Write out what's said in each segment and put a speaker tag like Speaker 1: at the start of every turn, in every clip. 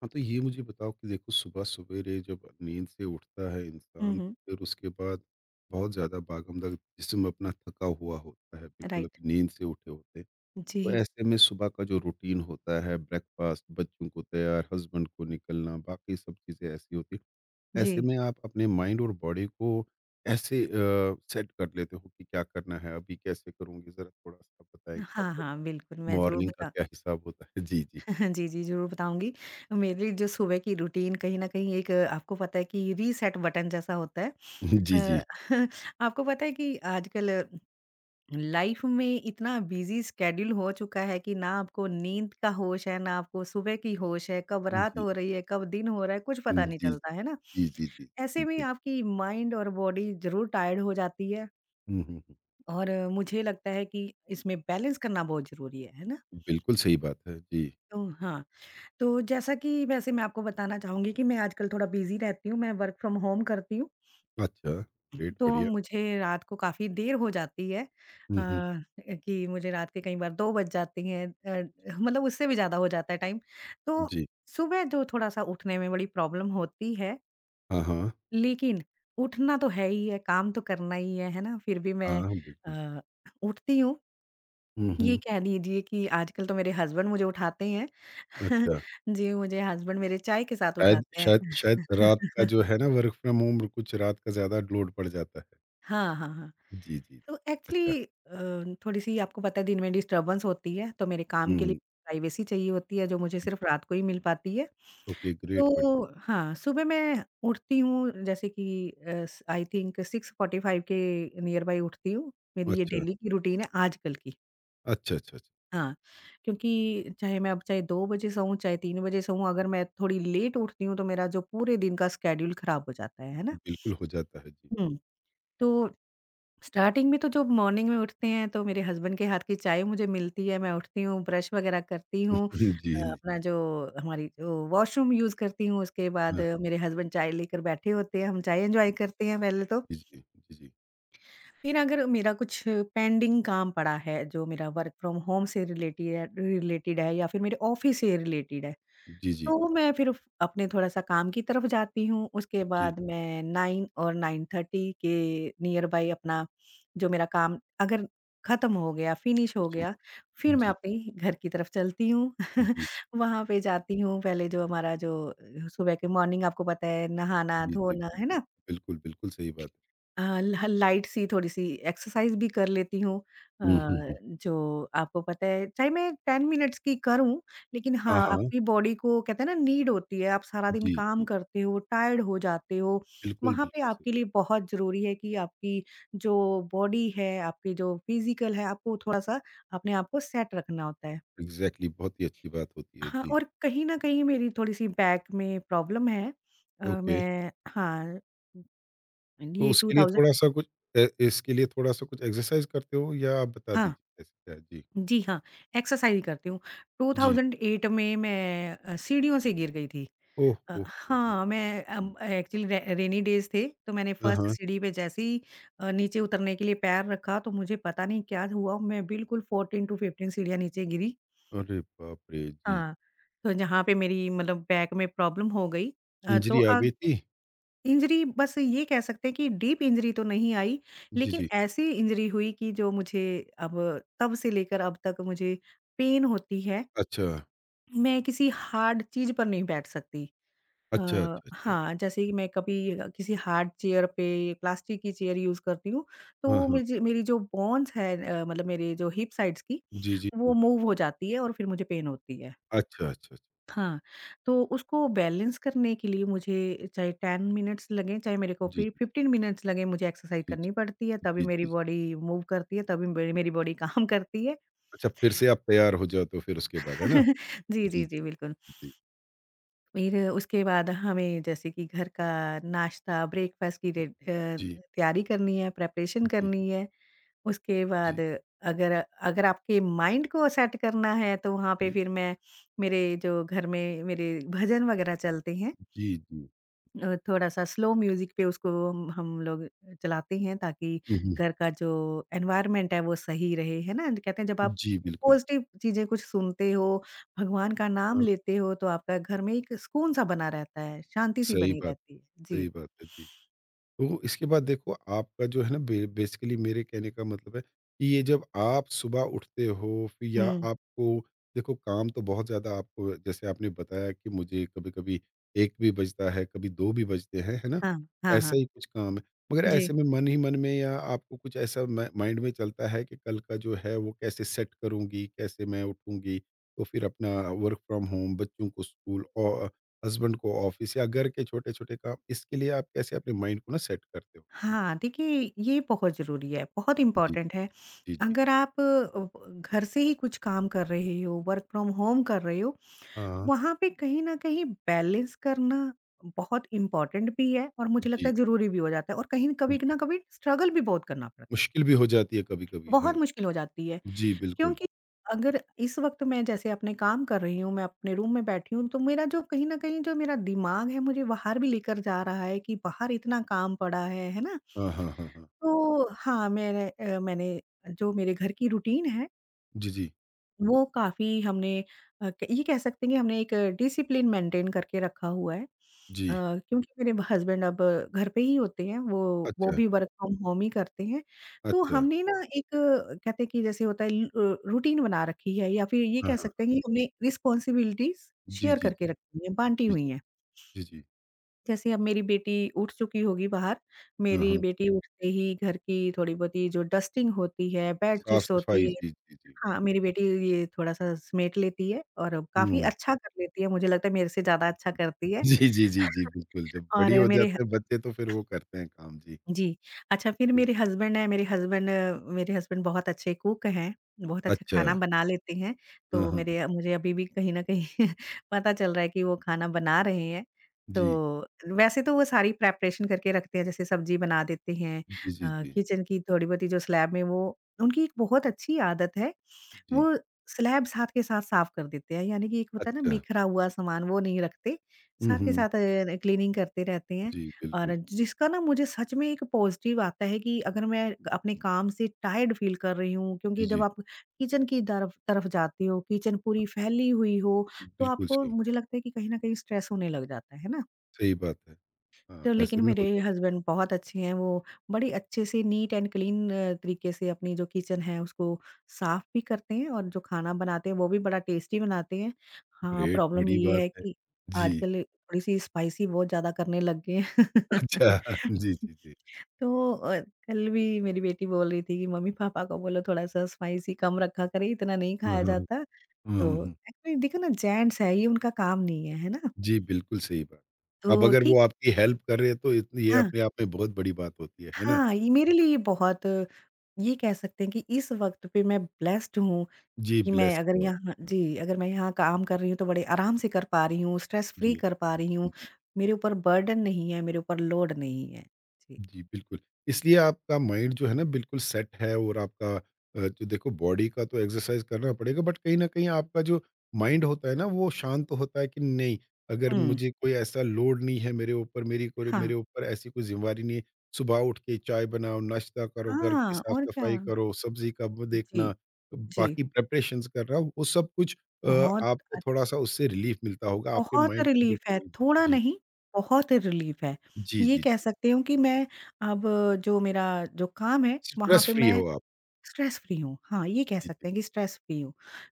Speaker 1: हाँ, तो ये मुझे बताओ कि देखो, सुबह-सवेरे जब नींद से उठता है
Speaker 2: हुँ,
Speaker 1: इंसान,
Speaker 2: हुँ,
Speaker 1: फिर उसके बाद बहुत ज़्यादा भागम-दौड़, जिस्म अपना थका हुआ होता है, बिल्कुल
Speaker 2: राइट।
Speaker 1: अभी नींद से उठे होते हैं। तो
Speaker 2: जी,
Speaker 1: ऐसे में सुबह का जो रूटीन होता है, ब्रेकफ़ास्ट, बच्चों को तैयार, हस्बैंड को निकलना, बाकी सब चीज़ें ऐसी होती हैं।
Speaker 2: जी।
Speaker 1: ऐसे में आप अपने माइंड और बॉडी को ऐसे सेट कर लेते हो कि क्या करना है, अभी कैसे करूँगी? ज़रा थोड़ा-सा बताएँ कि
Speaker 2: हाँ,
Speaker 1: आपका
Speaker 2: हाँ, बिल्कुल, मैं ज़रूर
Speaker 1: मॉर्निंग का
Speaker 2: बता
Speaker 1: क्या हिसाब होता है? जी, जी।
Speaker 2: जी, जी, ज़रूर बताऊँगी। मेरी जो सुबह की रूटीन कहीं न कहीं एक आपको पता है कि रीसेट बटन जैसा होता है।
Speaker 1: जी, जी।
Speaker 2: अ, आपको पता है कि आजकल लाइफ़ में इतना बिज़ी शेड्यूल हो चुका है कि ना आपको नींद का होश है, ना आपको सुबह की होश है, कब रात
Speaker 1: जी।
Speaker 2: हो रही है, कब दिन हो रहा है, कुछ पता नहीं
Speaker 1: जी।
Speaker 2: चलता, है ना?
Speaker 1: जी, जी, जी।
Speaker 2: ऐसे में
Speaker 1: बिल्कुल।
Speaker 2: आपकी माइंड और बॉडी ज़रूर टायर्ड हो जाती है।
Speaker 1: हुँ, हुँ, हुँ।
Speaker 2: और मुझे लगता है कि इसमें बैलेंस करना बहुत ज़रूरी है ना?
Speaker 1: बिल्कुल सही बात है। जी।
Speaker 2: तो हाँ, तो जैसा कि वैसे मैं आपको बताना चाहूँगी कि मैं आजकल थोड़ा बिज़ी रहती हूँ, मैं वर्क फ्रॉम होम करती हूँ,
Speaker 1: अच्छा। ग्रेट,
Speaker 2: तो
Speaker 1: बढ़िया।
Speaker 2: मुझे रात को काफ़ी देर हो जाती है
Speaker 1: हुँ, हुँ।
Speaker 2: कि मुझे रात के कई बार 2 बज जाती हैं, मतलब उससे भी ज़्यादा हो जाता है टाइम। तो
Speaker 1: जी।
Speaker 2: सुबह जो थोड़ा-सा उठने में बड़ी प्रॉब्लम होती है,
Speaker 1: हाँ, हाँ।
Speaker 2: लेकिन उठना तो है ही है, काम तो करना ही है ना? फिर भी
Speaker 1: हाँ,
Speaker 2: मैं
Speaker 1: हाँ, बिल्कुल।
Speaker 2: अ, उठती हूँ।
Speaker 1: हुँ,
Speaker 2: ये
Speaker 1: हुँ।
Speaker 2: कह दीजिए कि आजकल तो मेरे हस्बैंड मुझे उठाते हैं।
Speaker 1: अच्छा।
Speaker 2: जी, मुझे हस्बैंड मेरे चाय के साथ
Speaker 1: शायद
Speaker 2: उठाते हैं।
Speaker 1: शायद शायद रात का जो है ना, वर्क फ्रॉम होम, कुछ रात का ज़्यादा लोड पड़ जाता है।
Speaker 2: हाँ, हाँ, हाँ।
Speaker 1: जी, जी।
Speaker 2: तो
Speaker 1: अच्छा।
Speaker 2: एक्चुअली थोड़ी-सी आपको पता है दिन में डिस्टर्बेंस होती है, तो मेरे काम
Speaker 1: हुँ,
Speaker 2: के लिए
Speaker 1: हुँ।
Speaker 2: प्राइवेसी चाहिए होती है, जो मुझे सिर्फ़ रात को ही मिल पाती है।
Speaker 1: ओके, ग्रेट बढ़िया।
Speaker 2: तो हाँ, सुबह मैं उठती हूँ जैसे कि अ, स आई थिंक 6:45 के नियर बाय उठती हूँ। मेरी ये
Speaker 1: अच्छा।
Speaker 2: डेली की रूटीन है आजकल की।
Speaker 1: अच्छा, अच्छा, अच्छा।
Speaker 2: हाँ, क्योंकि चाहे मैं अब चाहे 2 बजे सोऊँ, चाहे 3 बजे सोऊँ, अगर मैं थोड़ी लेट उठती हूँ, तो मेरा जो पूरे दिन का शेड्यूल खराब हो जाता है ना?
Speaker 1: बिल्कुल हो जाता है। जी।
Speaker 2: हुँ, तो स्टार्टिंग में तो जो मॉर्निंग में उठते हैं, तो मेरे हस्बैंड के हाथ की चाय मुझे मिलती है, मैं उठती हूँ, ब्रश वगैरह करती हूँ
Speaker 1: हुँ, जी,
Speaker 2: अ,
Speaker 1: जी।
Speaker 2: अपना जो हमारी जो वॉशरूम यूज़ करती हूँ, उसके बाद
Speaker 1: हाँ।
Speaker 2: मेरे हस्बैंड चाय लेकर बैठे होते हैं, हम चाय एन्जॉय करते हैं पहले तो।
Speaker 1: जी, जी। जी, जी।
Speaker 2: फिर अगर मेरा कुछ पेंडिंग काम पड़ा है, जो मेरा वर्क फ्रॉम होम से रिलेटेड है या फिर मेरे ऑफिस से रिलेटेड है,
Speaker 1: जी, जी।
Speaker 2: तो मैं फिर फ अपने थोड़ा-सा काम की तरफ जाती हूँ। उसके
Speaker 1: जी,
Speaker 2: बाद मैं 9 और 9:30 के नियर बाय अपना जो मेरा काम अगर ख़त्म हो गया, फिनिश हो
Speaker 1: जी।
Speaker 2: गया, फिर मैं
Speaker 1: जी,
Speaker 2: अपने घर की तरफ चलती हूँ।
Speaker 1: जी।
Speaker 2: वहाँ पे जाती हूँ, पहले जो हमारा जो सुबह के मॉर्निंग आपको पता है
Speaker 1: जी, जी।
Speaker 2: नहाना-धोना, है
Speaker 1: बिल्कुल।
Speaker 2: ना?
Speaker 1: बिल्कुल, बिल्कुल सही बात है।
Speaker 2: अ, ल लाइट सी थोड़ी-सी एक्सरसाइज़ भी कर लेती हूँ। अ,
Speaker 1: हुँ, हुँ।
Speaker 2: जो आपको पता है चाहे मैं 10 मिनट्स की करूँ, लेकिन
Speaker 1: हाँ,
Speaker 2: हाँ,
Speaker 1: हाँ।
Speaker 2: आपकी बॉडी को कहते हैं ना नीड होती है, आप सारा दिन
Speaker 1: जी,
Speaker 2: काम
Speaker 1: जी।
Speaker 2: करते हो, टायर्ड हो जाते हो,
Speaker 1: बिल्कुल,
Speaker 2: वहाँ पे
Speaker 1: बिल्कुल सही।
Speaker 2: आपके लिए बहुत ज़रूरी है कि आपकी जो बॉडी है, आपकी जो फिज़िकल है, आपको थोड़ा-सा अपने आप को सेट रखना होता है।
Speaker 1: एग्ज़ैक्टली, बहुत ही अच्छी बात होती है।
Speaker 2: हाँ,
Speaker 1: जी,
Speaker 2: और कहीं न कहीं मेरी थोड़ी-सी बैक में प्रॉब्लम है।
Speaker 1: ओके।
Speaker 2: मैं हाँ,
Speaker 1: तो
Speaker 2: ये
Speaker 1: उसके लिए
Speaker 2: 2000
Speaker 1: थोड़ा-सा कुछ इसके लिए थोड़ा-सा कुछ एक्सरसाइज़ करते हो या आप बता
Speaker 2: हाँ।
Speaker 1: दीजिए कैसे क्या है? जी,
Speaker 2: जी हाँ, एक्सरसाइज़ ही करती हूँ।
Speaker 1: जी।
Speaker 2: 2008 में मैं सीढ़ियों से गिर गई थी।
Speaker 1: ओह, ओह, ओह!
Speaker 2: हाँ, मैं
Speaker 1: हुँ,
Speaker 2: एक्चुअली रे रेनी डेज़ थे, तो मैंने
Speaker 1: हाँ,
Speaker 2: फर्स्ट
Speaker 1: हाँ।
Speaker 2: सीढ़ी पे जैसे ही नीचे उतरने के लिए पैर रखा, तो मुझे पता नहीं क्या हुआ, मैं बिल्कुल 14 टू 15 सीढ़ियाँ नीचे गिरी।
Speaker 1: अरे बाप रे! जी,
Speaker 2: हाँ, तो जहाँ पे मेरी मतलब बैक में प्रॉब्लम हो गई। तो
Speaker 1: इंजरी आ गई
Speaker 2: अब
Speaker 1: थी?
Speaker 2: इंजरी बस ये कह सकते हैं कि डीप इंजरी तो नहीं आई,
Speaker 1: जी,
Speaker 2: लेकिन
Speaker 1: जी।
Speaker 2: ऐसी इंजरी हुई कि जो मुझे अब तब से लेकर अब तक मुझे पेन होती है।
Speaker 1: अच्छा,
Speaker 2: मैं किसी हार्ड चीज़ पर नहीं बैठ सकती।
Speaker 1: अच्छा,
Speaker 2: अ,
Speaker 1: अच्छा, अच्छा।
Speaker 2: हाँ, जैसे कि मैं कभी किसी हार्ड चेयर पे प्लास्टिक की चेयर यूज़ करती हूँ,
Speaker 1: हाँ,
Speaker 2: तो
Speaker 1: हाँ।
Speaker 2: मुझे मेरी जो बोन्स है, मतलब मेरे जो हिप साइड्स की,
Speaker 1: जी, जी,
Speaker 2: वो
Speaker 1: जी।
Speaker 2: मूव हो जाती है और फिर मुझे पेन होती है।
Speaker 1: अच्छा, अच्छा, अच्छा।
Speaker 2: हाँ, तो उसको बैलेंस करने के लिए मुझे चाहे 10 मिनट्स लगें, चाहे मेरे को
Speaker 1: जी,
Speaker 2: फिर
Speaker 1: जी,
Speaker 2: 15 मिनट्स लगें, मुझे एक्सरसाइज़
Speaker 1: जी, जी।
Speaker 2: करनी पड़ती है, तभी
Speaker 1: जी,
Speaker 2: मेरी
Speaker 1: जी, जी।
Speaker 2: बॉडी मूव करती है, तभी मेरी मेरी बॉडी काम करती है।
Speaker 1: अच्छा, फिर से आप तैयार हो जाते हो फिर उसके बाद, है ना?
Speaker 2: जी,
Speaker 1: जी,
Speaker 2: जी, जी,
Speaker 1: जी,
Speaker 2: बिल्कुल।
Speaker 1: जी, जी,
Speaker 2: फिर उसके बाद हमें जैसे कि घर का नाश्ता, ब्रेकफ़ास्ट की
Speaker 1: जी,
Speaker 2: तैयारी करनी है, प्रिपरेशन
Speaker 1: जी,
Speaker 2: करनी है। उसके बाद
Speaker 1: जी,
Speaker 2: अगर अगर आपके माइंड को सेट करना है, तो वहाँ पे
Speaker 1: जी।
Speaker 2: फिर मैं मेरे जो घर में मेरे भजन वगैरह चलते हैं।
Speaker 1: जी, जी।
Speaker 2: थोड़ा-सा स्लो म्यूज़िक पे उसको हम लोग चलाते हैं ताकि
Speaker 1: हुँ, हुँ।
Speaker 2: घर का जो एनवायरनमेंट है वो सही रहे, है ना? कहते हैं जब आप
Speaker 1: जी, बिल्कुल।
Speaker 2: पॉज़िटिव चीज़ें कुछ सुनते हो, भगवान का नाम
Speaker 1: हाँ,
Speaker 2: लेते हो तो आपका घर में एक सुकून-सा बना रहता है, शांति-सी
Speaker 1: सही
Speaker 2: बनी
Speaker 1: बात
Speaker 2: रहती है। जी।
Speaker 1: सही बात है। जी। तो इसके बाद देखो आपका जो है ना, बे बेसिकली मेरे कहने का मतलब है कि ये जब आप सुबह उठते हो फिर, या
Speaker 2: हुँ।
Speaker 1: आपको देखो काम तो बहुत ज़्यादा आपको, जैसे आपने बताया कि मुझे कभी-कभी 1 भी बजता है, कभी 2 भी बजते हैं, है ना?
Speaker 2: हाँ, हाँ,
Speaker 1: ऐसा
Speaker 2: हाँ।
Speaker 1: ही कुछ काम है। मगर
Speaker 2: जी।
Speaker 1: ऐसे में मन ही मन में या आपको कुछ ऐसा मा माइंड में चलता है कि कल का जो है वो कैसे सेट करूँगी, कैसे मैं उठूँगी? तो फिर अपना वर्क फ्रॉम होम, बच्चों को स्कूल औ हस्बैंड को ऑफिस या घर के छोटे-छोटे काम, इसके लिए आप कैसे अपने माइंड को ना सेट करते हो? जी।
Speaker 2: हाँ, देखिए ये बहुत ज़रूरी है, बहुत
Speaker 1: जी,
Speaker 2: इम्पोर्टेंट है।
Speaker 1: जी, जी।
Speaker 2: अगर आप घर से ही कुछ काम कर रहे हो, वर्क फ्रॉम होम कर रहे हो
Speaker 1: हाँ।
Speaker 2: वहाँ पे कहीं न कहीं बैलेंस करना बहुत इम्पोर्टेंट भी है और मुझे लगता
Speaker 1: जी,
Speaker 2: है ज़रूरी भी हो जाता है और कहीं न कभी ना
Speaker 1: बिल्कुल।
Speaker 2: कभी स्ट्रगल भी बहुत करना पड़ता है।
Speaker 1: मुश्किल भी हो जाती है कभी-कभी,
Speaker 2: बहुत
Speaker 1: हाँ।
Speaker 2: मुश्किल हो जाती है
Speaker 1: जी, बिल्कुल।
Speaker 2: क्योंकि अगर इस वक़्त मैं जैसे अपने काम कर रही हूँ, मैं अपने रूम में बैठी हूँ, तो मेरा जो कहीं न कहीं जो मेरा दिमाग है मुझे बाहर भी लेकर जा रहा है कि बाहर इतना काम पड़ा है ना?
Speaker 1: हाँ, हाँ, हाँ, हाँ।
Speaker 2: तो हाँ, मैंने जो मेरे घर की रूटीन है
Speaker 1: जी, जी।
Speaker 2: वो काफ़ी हमने ये कह सकते हैं कि हमने एक डिसिप्लिन मेंटेन करके रखा हुआ है।
Speaker 1: जी।
Speaker 2: क्योंकि मेरे हस्बैंड अब घर पे ही होते हैं, वो
Speaker 1: अच्छा,
Speaker 2: भी वर्क फ्रॉम होम ही करते हैं। तो
Speaker 1: अच्छा।
Speaker 2: हमने ना एक कहते हैं कि जैसे होता है, रूटीन बना रखी है या फिर ये
Speaker 1: हाँ,
Speaker 2: कह
Speaker 1: हाँ।
Speaker 2: सकते हैं कि हमने रिस्पॉन्सिबिलिटीज़
Speaker 1: जी,
Speaker 2: शेयर
Speaker 1: जी, जी।
Speaker 2: करके रखी हैं, बाँटी
Speaker 1: जी,
Speaker 2: हुई
Speaker 1: जी।
Speaker 2: हैं।
Speaker 1: जी, जी।
Speaker 2: जैसे अब मेरी बेटी उठ चुकी होगी बाहर,
Speaker 1: हाँ,
Speaker 2: मेरी
Speaker 1: हाँ।
Speaker 2: बेटी उठते ही घर की थोड़ी-बहुत ही जो डस्टिंग होती है, बेडशीट्स होती
Speaker 1: साफ-सफाई,
Speaker 2: है।
Speaker 1: जी, जी, जी।
Speaker 2: हाँ, मेरी बेटी ये थोड़ा-सा समेट लेती है और काफ़ी
Speaker 1: हुँ।
Speaker 2: अच्छा कर लेती है, मुझे लगता है मेरे से ज़्यादा अच्छा करती है।
Speaker 1: जी, जी, जी, जी, बिल्कुल। जब बड़ी
Speaker 2: और
Speaker 1: हो
Speaker 2: मेरे ह
Speaker 1: जाते हैं बच्चे तो फिर वो करते हैं काम, जी।
Speaker 2: जी, अच्छा फिर
Speaker 1: जी।
Speaker 2: मेरे हसबैंड हैं, मेरे हसबैंड बहुत अच्छे कुक हैं, बहुत अच्छा
Speaker 1: अच्छा।
Speaker 2: खाना बना लेते हैं,
Speaker 1: हाँ,
Speaker 2: तो
Speaker 1: हाँ, हाँ।
Speaker 2: मेरे मुझे अभी भी कहीं न कहीं पता चल रहा है कि वो खाना बना रहे हैं।
Speaker 1: जी।
Speaker 2: तो वैसे तो वो सारी प्रिपरेशन करके रखते हैं, जैसे सब्ज़ी बना देते हैं
Speaker 1: जी, जी,
Speaker 2: अ,
Speaker 1: जी।
Speaker 2: किचन की थोड़ी-बहुत ही जो स्लैब में वो उनकी एक बहुत अच्छी आदत है
Speaker 1: जी।
Speaker 2: वो स्लैब साथ के साथ साफ कर देते हैं, यानी कि एक होता है ना
Speaker 1: अच्छा।
Speaker 2: बिखरा हुआ सामान वो नहीं रखते,
Speaker 1: हुँ,
Speaker 2: साथ के
Speaker 1: हुँ।
Speaker 2: साथ क्लीनिंग करते रहते हैं
Speaker 1: जी,
Speaker 2: और
Speaker 1: बिल्कुल।
Speaker 2: जिसका ना मुझे सच में एक पॉज़िटिव आता है कि अगर मैं अपने काम से टायर्ड फ़ील कर रही हूँ
Speaker 1: जी,
Speaker 2: क्योंकि जब
Speaker 1: जी।
Speaker 2: आप किचन की तरफ तरफ जाते हो, किचन पूरी फैली हुई हो, तो
Speaker 1: बिल्कुल
Speaker 2: आपको
Speaker 1: सही,
Speaker 2: मुझे लगता है कि कहीं न कहीं स्ट्रेस होने लग जाता है ना?
Speaker 1: सही बात है।
Speaker 2: तो
Speaker 1: हाँ,
Speaker 2: लेकिन
Speaker 1: ऐसे में
Speaker 2: मेरे
Speaker 1: हो जाता।
Speaker 2: हस्बैंड बहुत अच्छे हैं, वो बड़ी अच्छे से नीट एंड क्लीन तरीके से अपनी जो किचन है उसको साफ भी करते हैं और जो खाना बनाते हैं वो भी बड़ा टेस्टी बनाते हैं। हाँ,
Speaker 1: ग्रेट,
Speaker 2: प्रॉब्लम
Speaker 1: बड़ी
Speaker 2: ये
Speaker 1: बात
Speaker 2: है
Speaker 1: है।
Speaker 2: कि
Speaker 1: जी,
Speaker 2: आजकल थोड़ी-सी स्पाइसी बहुत ज़्यादा करने लग गए हैं।
Speaker 1: अच्छा। जी, जी, जी।
Speaker 2: तो कल भी मेरी बेटी बोल रही थी कि मम्मी-पापा को बोलो थोड़ा-सा स्पाइसी कम रखा करें, इतना नहीं
Speaker 1: हुँ,
Speaker 2: खाया
Speaker 1: हुँ, हुँ।
Speaker 2: जाता।
Speaker 1: हुँ, हुँ,
Speaker 2: तो
Speaker 1: हुँ।
Speaker 2: एक्चुअली देखो ना जेंट्स है, ये उनका काम नहीं है, है ना?
Speaker 1: जी, बिल्कुल सही बात। अब
Speaker 2: तो
Speaker 1: अगर वो
Speaker 2: ठीक
Speaker 1: आपकी हेल्प कर रहे हैं तो इतनी ये
Speaker 2: हाँ।
Speaker 1: अपने आप में बहुत बड़ी बात होती है ना?
Speaker 2: हाँ, ये मेरे लिए ये बहुत ये कह सकते हैं कि इस वक़्त पे मैं ब्लेस्ड हूँ
Speaker 1: जी,
Speaker 2: कि मैं
Speaker 1: ब्लेस्ड
Speaker 2: अगर
Speaker 1: हो आप।
Speaker 2: यहाँ
Speaker 1: हाँ,
Speaker 2: जी, अगर मैं यहाँ काम कर रही हूँ तो बड़े आराम से कर पा रही हूँ, स्ट्रेस फ्री
Speaker 1: जी,
Speaker 2: कर पा रही हूँ।
Speaker 1: जी।
Speaker 2: मेरे ऊपर बर्डन नहीं है, मेरे ऊपर लोड नहीं है। जी।
Speaker 1: जी, बिल्कुल। इसलिए आपका माइंड जो है ना बिल्कुल सेट है, और आपका जो देखो बॉडी का तो एक्सरसाइज़ करना पड़ेगा, बट कहीं न कहीं आपका जो माइंड होता है ना, वो शांत होता है कि नहीं, अगर
Speaker 2: हुँ,
Speaker 1: मुझे कोई ऐसा लोड नहीं है मेरे ऊपर, मेरी कोई
Speaker 2: हाँ।
Speaker 1: मेरे ऊपर ऐसी कोई ज़िम्मेवारी नहीं है। सुबह उठ के चाय बनाओ, नाश्ता करो, घर की
Speaker 2: हाँ, और क्या।
Speaker 1: साफ-सफाई करो, सब्ज़ी का वो
Speaker 2: जी,
Speaker 1: देखना,
Speaker 2: जी।
Speaker 1: बाकी प्रिपरेशंस करना, वो सब कुछ अ,
Speaker 2: बहुत
Speaker 1: आपको
Speaker 2: अ,
Speaker 1: थोड़ा-सा उससे रिलीफ़ मिलता होगा, आपके
Speaker 2: बहुत
Speaker 1: माइंड को
Speaker 2: रिलीफ़ है,
Speaker 1: बिल्कुल।
Speaker 2: थोड़ा
Speaker 1: जी।
Speaker 2: नहीं, बहुत रिलीफ़ है।
Speaker 1: जी,
Speaker 2: ये
Speaker 1: जी,
Speaker 2: कह
Speaker 1: जी।
Speaker 2: सकती हूँ कि मैं अब जो मेरा जो काम है, वहाँ
Speaker 1: स्ट्रेस
Speaker 2: पे
Speaker 1: फ्री
Speaker 2: मैं
Speaker 1: हो आप।
Speaker 2: स्ट्रेस फ्री हूँ। हाँ, ये कह
Speaker 1: जी।
Speaker 2: सकते हैं कि स्ट्रेस फ्री हूँ,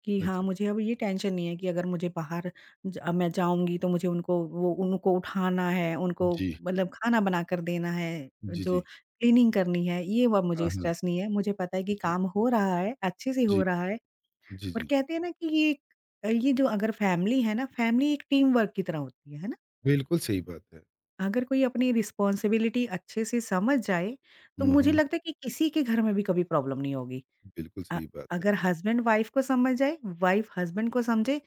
Speaker 2: कि हाँ,
Speaker 1: अच्छा।
Speaker 2: मुझे अब ये टेंशन नहीं है कि अगर मुझे बाहर ज अब मैं जाऊँगी तो मुझे उनको वो उनको उठाना है, उनको
Speaker 1: जी।
Speaker 2: मतलब खाना बनाकर देना है,
Speaker 1: जी,
Speaker 2: जो
Speaker 1: जी।
Speaker 2: क्लीनिंग करनी है, ये व मुझे
Speaker 1: हाँ, हाँ।
Speaker 2: स्ट्रेस नहीं है। मुझे पता है कि
Speaker 1: जी।
Speaker 2: काम हो रहा है, अच्छे से हो
Speaker 1: जी,
Speaker 2: रहा है
Speaker 1: जी,
Speaker 2: और
Speaker 1: जी।
Speaker 2: कहते हैं ना कि ये जो अगर फैमिली है ना, फैमिली एक टीम वर्क की तरह होती है ना?
Speaker 1: बिल्कुल सही बात है।
Speaker 2: अगर कोई अपनी रिस्पॉन्सिबिलिटी अच्छे से समझ जाए, तो
Speaker 1: हुँ,
Speaker 2: मुझे
Speaker 1: हुँ।
Speaker 2: लगता है कि किसी के घर में भी कभी प्रॉब्लम नहीं होगी।
Speaker 1: बिल्कुल
Speaker 2: अ,
Speaker 1: सही बात है।
Speaker 2: अगर हस्बैंड वाइफ को समझ जाए, वाइफ हस्बैंड को समझे,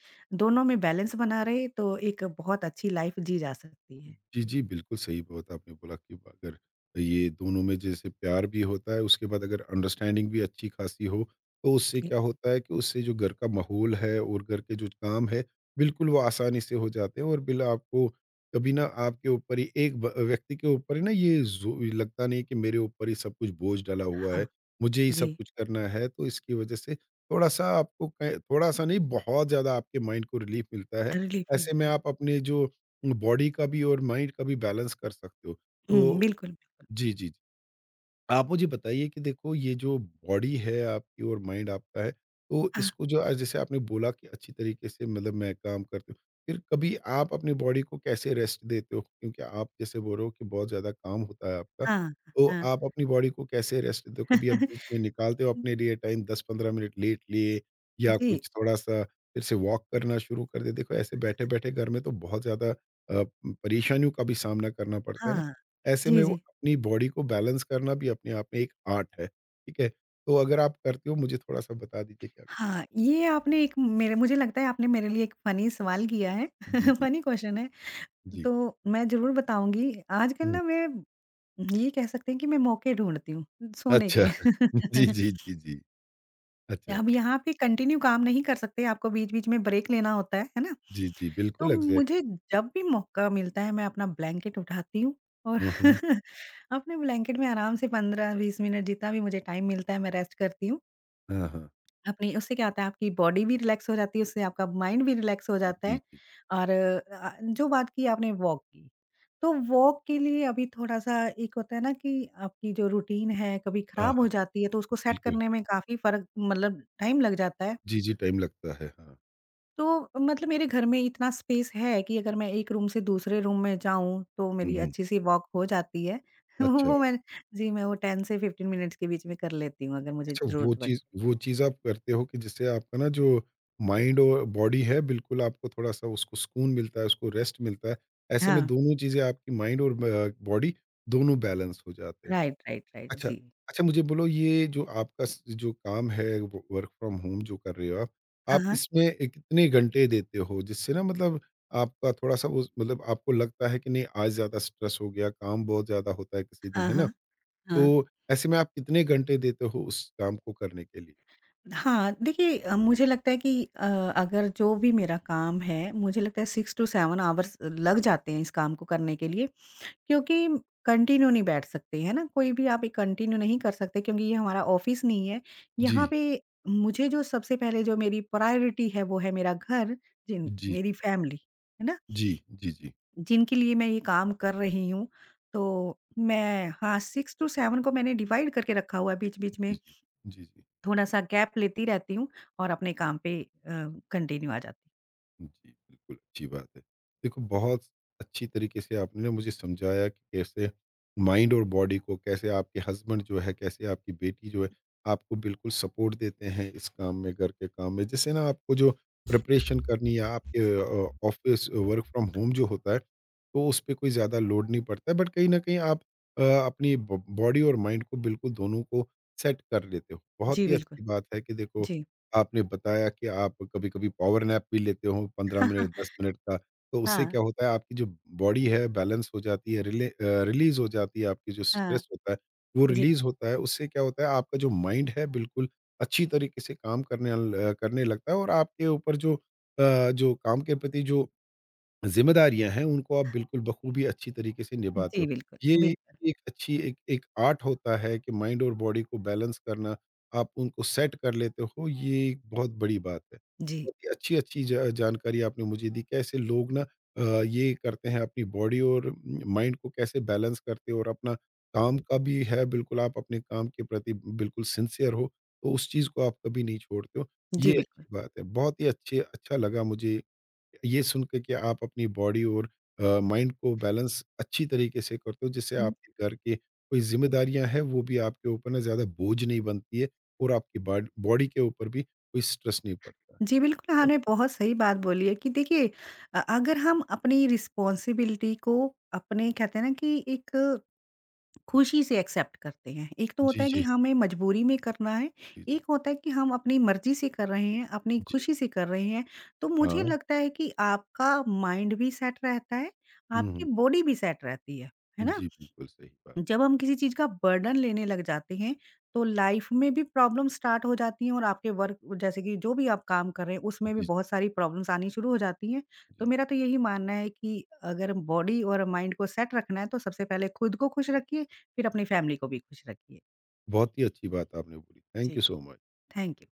Speaker 2: दोनों में बैलेंस बना रहे तो एक बहुत अच्छी लाइफ जी जा सकती है।
Speaker 1: जी,
Speaker 2: जी।
Speaker 1: जी, बिल्कुल सही, बहुत आपने बोला कि अगर ये दोनों में जैसे प्यार भी होता है, उसके बाद अगर अंडरस्टैंडिंग भी अच्छी खासी हो, तो उससे
Speaker 2: जी।
Speaker 1: क्या होता है कि उससे जो घर का माहौल है और घर के जो काम है, बिल्कुल वो आसानी से हो जाते हैं और बिल आपको कभी ना आपके ऊपर ही, एक ब व्यक्ति के ऊपर ही ना ये ज़ो लगता नहीं कि मेरे ऊपर ही सब कुछ बोझ डला हुआ
Speaker 2: हाँ,
Speaker 1: है, मुझे ही
Speaker 2: जी,
Speaker 1: सब कुछ करना है, तो इसकी वजह से थोड़ा-सा आपको क थोड़ा-सा नहीं बहुत ज़्यादा आपके माइंड को रिलीफ़ मिलता है।
Speaker 2: रिलीफ
Speaker 1: ऐसे
Speaker 2: मिलता
Speaker 1: में
Speaker 2: है।
Speaker 1: आप अपने जो बॉडी का भी और माइंड का भी बैलेंस कर सकते हो।
Speaker 2: हुँ,
Speaker 1: तो
Speaker 2: बिल्कुल, बिल्कुल।
Speaker 1: जी, जी। आप मुझे बताइए कि देखो ये जो बॉडी है आपकी और माइंड आपका है, तो
Speaker 2: हाँ,
Speaker 1: इसको जो आज जैसे आपने बोला कि अच्छी तरीके से मतलब मैं काम करती हूँ। फिर कभी आप अपनी बॉडी को कैसे रेस्ट देते हो? क्योंकि आप जैसे बोल रहे हो कि बहुत ज़्यादा काम होता है आपका,
Speaker 2: हाँ,
Speaker 1: तो
Speaker 2: हाँ।
Speaker 1: आप अपनी बॉडी को कैसे रेस्ट देते हो? कभी आप बीच में निकालते हो अपने लिए टाइम 10-15 मिनट लेट लिए, या
Speaker 2: जी,
Speaker 1: कुछ थोड़ा-सा फिर से वॉक करना शुरू कर दिया? देखो ऐसे बैठे-बैठे घर में तो बहुत ज़्यादा अ, परेशानियों का भी सामना करना पड़ता है ना।
Speaker 2: हाँ।
Speaker 1: ऐसे
Speaker 2: जी,
Speaker 1: में वो
Speaker 2: जी।
Speaker 1: अपनी बॉडी को बैलेंस करना भी अपने आप में एक आर्ट है, ठीक है? तो अगर आप करते हो मुझे थोड़ा-सा बता दीजिए क्या कर।
Speaker 2: हाँ, ये आपने एक मेरे मुझे लगता है आपने मेरे लिए एक फ़नी सवाल किया है,
Speaker 1: जी, जी,
Speaker 2: फ़नी क्वेश्चन है,
Speaker 1: जी।
Speaker 2: तो मैं ज़रूर बताऊँगी। आजकल
Speaker 1: हुँ,
Speaker 2: ना मैं ये कह सकते हैं कि मैं मौके ढूँढती हूँ सोने
Speaker 1: अच्छा।
Speaker 2: के।
Speaker 1: जी, जी, जी, जी। अच्छा।
Speaker 2: अब यहाँ पे कंटिन्यू काम नहीं कर सकते, आपको बीच-बीच में ब्रेक लेना होता है ना?
Speaker 1: जी, जी,
Speaker 2: तो
Speaker 1: बिल्कुल
Speaker 2: मुझे
Speaker 1: एग्ज़ैक्टली।
Speaker 2: जब भी मौका मिलता है, मैं अपना ब्लैंकेट उठाती हूँ और
Speaker 1: हुँ, हुँ।
Speaker 2: अपने ब्लैंकेट में आराम से 15-20 मिनट जितना भी मुझे टाइम मिलता है, मैं रेस्ट करती हूँ।
Speaker 1: हाँ, हाँ।
Speaker 2: अपनी उससे क्या होता है, आपकी बॉडी भी रिलैक्स हो जाती है, उससे आपका माइंड भी रिलैक्स हो जाता
Speaker 1: जी,
Speaker 2: है
Speaker 1: जी।
Speaker 2: और जो बात की आपने वॉक की, तो वॉक के लिए अभी थोड़ा-सा एक होता है ना कि आपकी जो रूटीन है, कभी
Speaker 1: हाँ,
Speaker 2: खराब हो
Speaker 1: हाँ।
Speaker 2: जाती है, तो उसको सेट
Speaker 1: बिल्कुल।
Speaker 2: करने में काफ़ी फ़र्क मतलब टाइम लग जाता है।
Speaker 1: जी, जी, टाइम लगता है। हाँ।
Speaker 2: तो मतलब मेरे घर में इतना स्पेस है कि अगर मैं एक रूम से दूसरे रूम में जाऊँ तो
Speaker 1: हुँ,
Speaker 2: मेरी
Speaker 1: हुँ।
Speaker 2: अच्छी-सी वॉक हो जाती है।
Speaker 1: अच्छा।
Speaker 2: वो मैं जी, मैं वो 10 से 15 मिनट्स के बीच में कर लेती हूँ अगर मुझे
Speaker 1: अच्छा, वो
Speaker 2: ज़रूरत पड़े।
Speaker 1: चीज़ वो चीज़ आप करते हो कि जिससे आपका ना जो माइंड और बॉडी है बिल्कुल, आपको थोड़ा-सा उसको सुकून मिलता है, उसको रेस्ट मिलता है। ऐसे में
Speaker 2: हाँ,
Speaker 1: दोनों चीज़ें आपकी माइंड और ब बॉडी दोनों बैलेंस हो जाते हैं।
Speaker 2: राइट, राइट, राइट,
Speaker 1: अच्छा,
Speaker 2: जी।
Speaker 1: अच्छा मुझे बोलो, ये जो आपका स जो काम है वो वर्क फ्रॉम होम जो कर रहे हो
Speaker 2: हाँ,
Speaker 1: आप
Speaker 2: हाँ।
Speaker 1: इसमें कितने घंटे देते हो? जिससे ना मतलब आपका थोड़ा-सा उस मतलब आपको लगता है कि नहीं, आज ज़्यादा स्ट्रेस हो गया, काम बहुत ज़्यादा होता है किसी दिन,
Speaker 2: हाँ,
Speaker 1: है ना?
Speaker 2: हाँ, हाँ।
Speaker 1: तो ऐसे में आप कितने घंटे देते हो उस काम को करने के लिए?
Speaker 2: हाँ, देखिए मुझे लगता है कि अगर जो भी मेरा काम है, मुझे लगता है 6 टू 7 आवर्स लग जाते हैं इस काम को करने के लिए। क्योंकि कंटिन्यू नहीं बैठ सकते, है ना? कोई भी आप एक कंटिन्यू नहीं कर सकते क्योंकि ये हमारा ऑफ़िस नहीं है।
Speaker 1: जी।
Speaker 2: यहाँ पे मुझे जो सबसे पहले जो मेरी प्रायोरिटी है वो है मेरा घर, जिन
Speaker 1: जी,
Speaker 2: मेरी फैमिली, है ना?
Speaker 1: जी, जी, जी, जी,
Speaker 2: जिनके लिए मैं ये काम कर रही हूँ। तो मैं हाँ, 6 टू 7 को मैंने डिवाइड करके रखा हुआ है, बीच-बीच
Speaker 1: जी,
Speaker 2: में
Speaker 1: जी, जी, जी।
Speaker 2: थोड़ा-सा गैप लेती रहती हूँ और अपने काम पे कंटिन्यू आ जाती
Speaker 1: जी, बिल्कुल, अच्छी बात है। देखो, बहुत अच्छी तरीके से आपने ना मुझे समझाया कि कैसे माइंड और बॉडी को, कैसे आपके हस्बैंड जो है, कैसे आपकी बेटी जो है, आपको बिल्कुल सपोर्ट देते हैं इस काम में, घर के काम में। जिससे ना आपको जो प्रिपरेशन करनी है आपके ऑफ़िस वर्क फ्रॉम होम जो होता है, तो उस पे कोई ज़्यादा लोड नहीं पड़ता है। बट कहीं न कहीं आप अपनी ब बॉडी और माइंड को बिल्कुल दोनों को सेट कर लेते हो।
Speaker 2: हूँ।
Speaker 1: बहुत
Speaker 2: जी,
Speaker 1: ही
Speaker 2: बिल्कुल।
Speaker 1: अच्छी बात है कि देखो,
Speaker 2: जी।
Speaker 1: आपने बताया कि आप कभी-कभी पावर नैप भी लेते हो, 15
Speaker 2: हाँ, हाँ।
Speaker 1: मिनट, 10 मिनट का। तो उससे
Speaker 2: हाँ,
Speaker 1: क्या होता है आपकी जो बॉडी है बैलेंस हो जाती है, रिलीज़ हो जाती है, आपकी जो
Speaker 2: हाँ।
Speaker 1: स्ट्रेस होता है वो
Speaker 2: जी,
Speaker 1: रिलीज़ होता है। उससे क्या होता है आपका जो माइंड है बिल्कुल अच्छी तरीके से काम करने लगता है, और आपके ऊपर जो जो काम के प्रति जो ज़िम्मेदारियाँ हैं, उनको आप बिल्कुल बख़ूबी अच्छी तरीके से निभाते
Speaker 2: जी
Speaker 1: हो।
Speaker 2: बिल्कुल,
Speaker 1: ये
Speaker 2: बिल्कुल।
Speaker 1: एक अच्छी एक एक आर्ट होता है कि माइंड और बॉडी को बैलेंस करना, आप उनको सेट कर लेते हो, ये एक बहुत बड़ी बात है।
Speaker 2: जी,
Speaker 1: बहुत ही अच्छी-अच्छी ज जानकारी आपने मुझे दी, कैसे लोग ना ये करते हैं अपनी बॉडी और माइंड को कैसे बैलेंस करते हो, और अपना काम का भी है, बिल्कुल आप अपने काम के प्रति बिल्कुल सिंसियर हो, तो उस चीज़ को आप कभी नहीं छोड़ते हो।
Speaker 2: जी
Speaker 1: ये
Speaker 2: बिल्कुल।
Speaker 1: अच्छी बात है। बहुत ही अच्छे, अच्छा लगा मुझे ये सुन के कि आप अपनी बॉडी और माइंड को बैलेंस अच्छी तरीके से करते हो, जिससे आपके घर की कोई ज़िम्मेदारियाँ हैं वो भी आपके ऊपर ना ज़्यादा बोझ नहीं बनती है, और आपकी बॉडी के ऊपर भी कोई स्ट्रेस नहीं पड़ता है।
Speaker 2: जी बिल्कुल, आपने बहुत सही बात बोली है कि देखिए अगर हम अपनी रिस्पॉन्सिबिलिटी को अपने कहते हैं ना कि एक खुशी से एक्सेप्ट करते हैं। एक तो
Speaker 1: जी,
Speaker 2: होता है कि
Speaker 1: जी।
Speaker 2: हमें मजबूरी में करना है,
Speaker 1: जी, जी।
Speaker 2: एक होता है कि हम अपनी मर्ज़ी से कर रहे हैं, अपनी
Speaker 1: जी।
Speaker 2: खुशी से कर रहे हैं। तो मुझे
Speaker 1: हाँ।
Speaker 2: लगता है कि आपका माइंड भी सेट रहता है,
Speaker 1: हुँ,
Speaker 2: आपकी
Speaker 1: हुँ।
Speaker 2: बॉडी भी सेट रहती है। है ना?
Speaker 1: जी, बिल्कुल सही बात।
Speaker 2: जब हम किसी चीज़ का बर्डन लेने लग जाते हैं, तो लाइफ़ में भी प्रॉब्लम स्टार्ट हो जाती हैं और आपके वर्क जैसे कि जो भी आप काम कर रहे हैं, उसमें भी
Speaker 1: जी, जी,
Speaker 2: बहुत सारी प्रॉब्लम्स आनी शुरू हो जाती हैं। तो
Speaker 1: जी।
Speaker 2: मेरा तो यही मानना है कि अगर बॉडी और माइंड को सेट रखना है, तो सबसे पहले खुद को खुश रखिए, फिर अपनी फैमिली को भी खुश रखिए।
Speaker 1: बहुत ही अच्छी बात आपने बोली। थैंक
Speaker 2: जी,
Speaker 1: you so much.
Speaker 2: Thank you.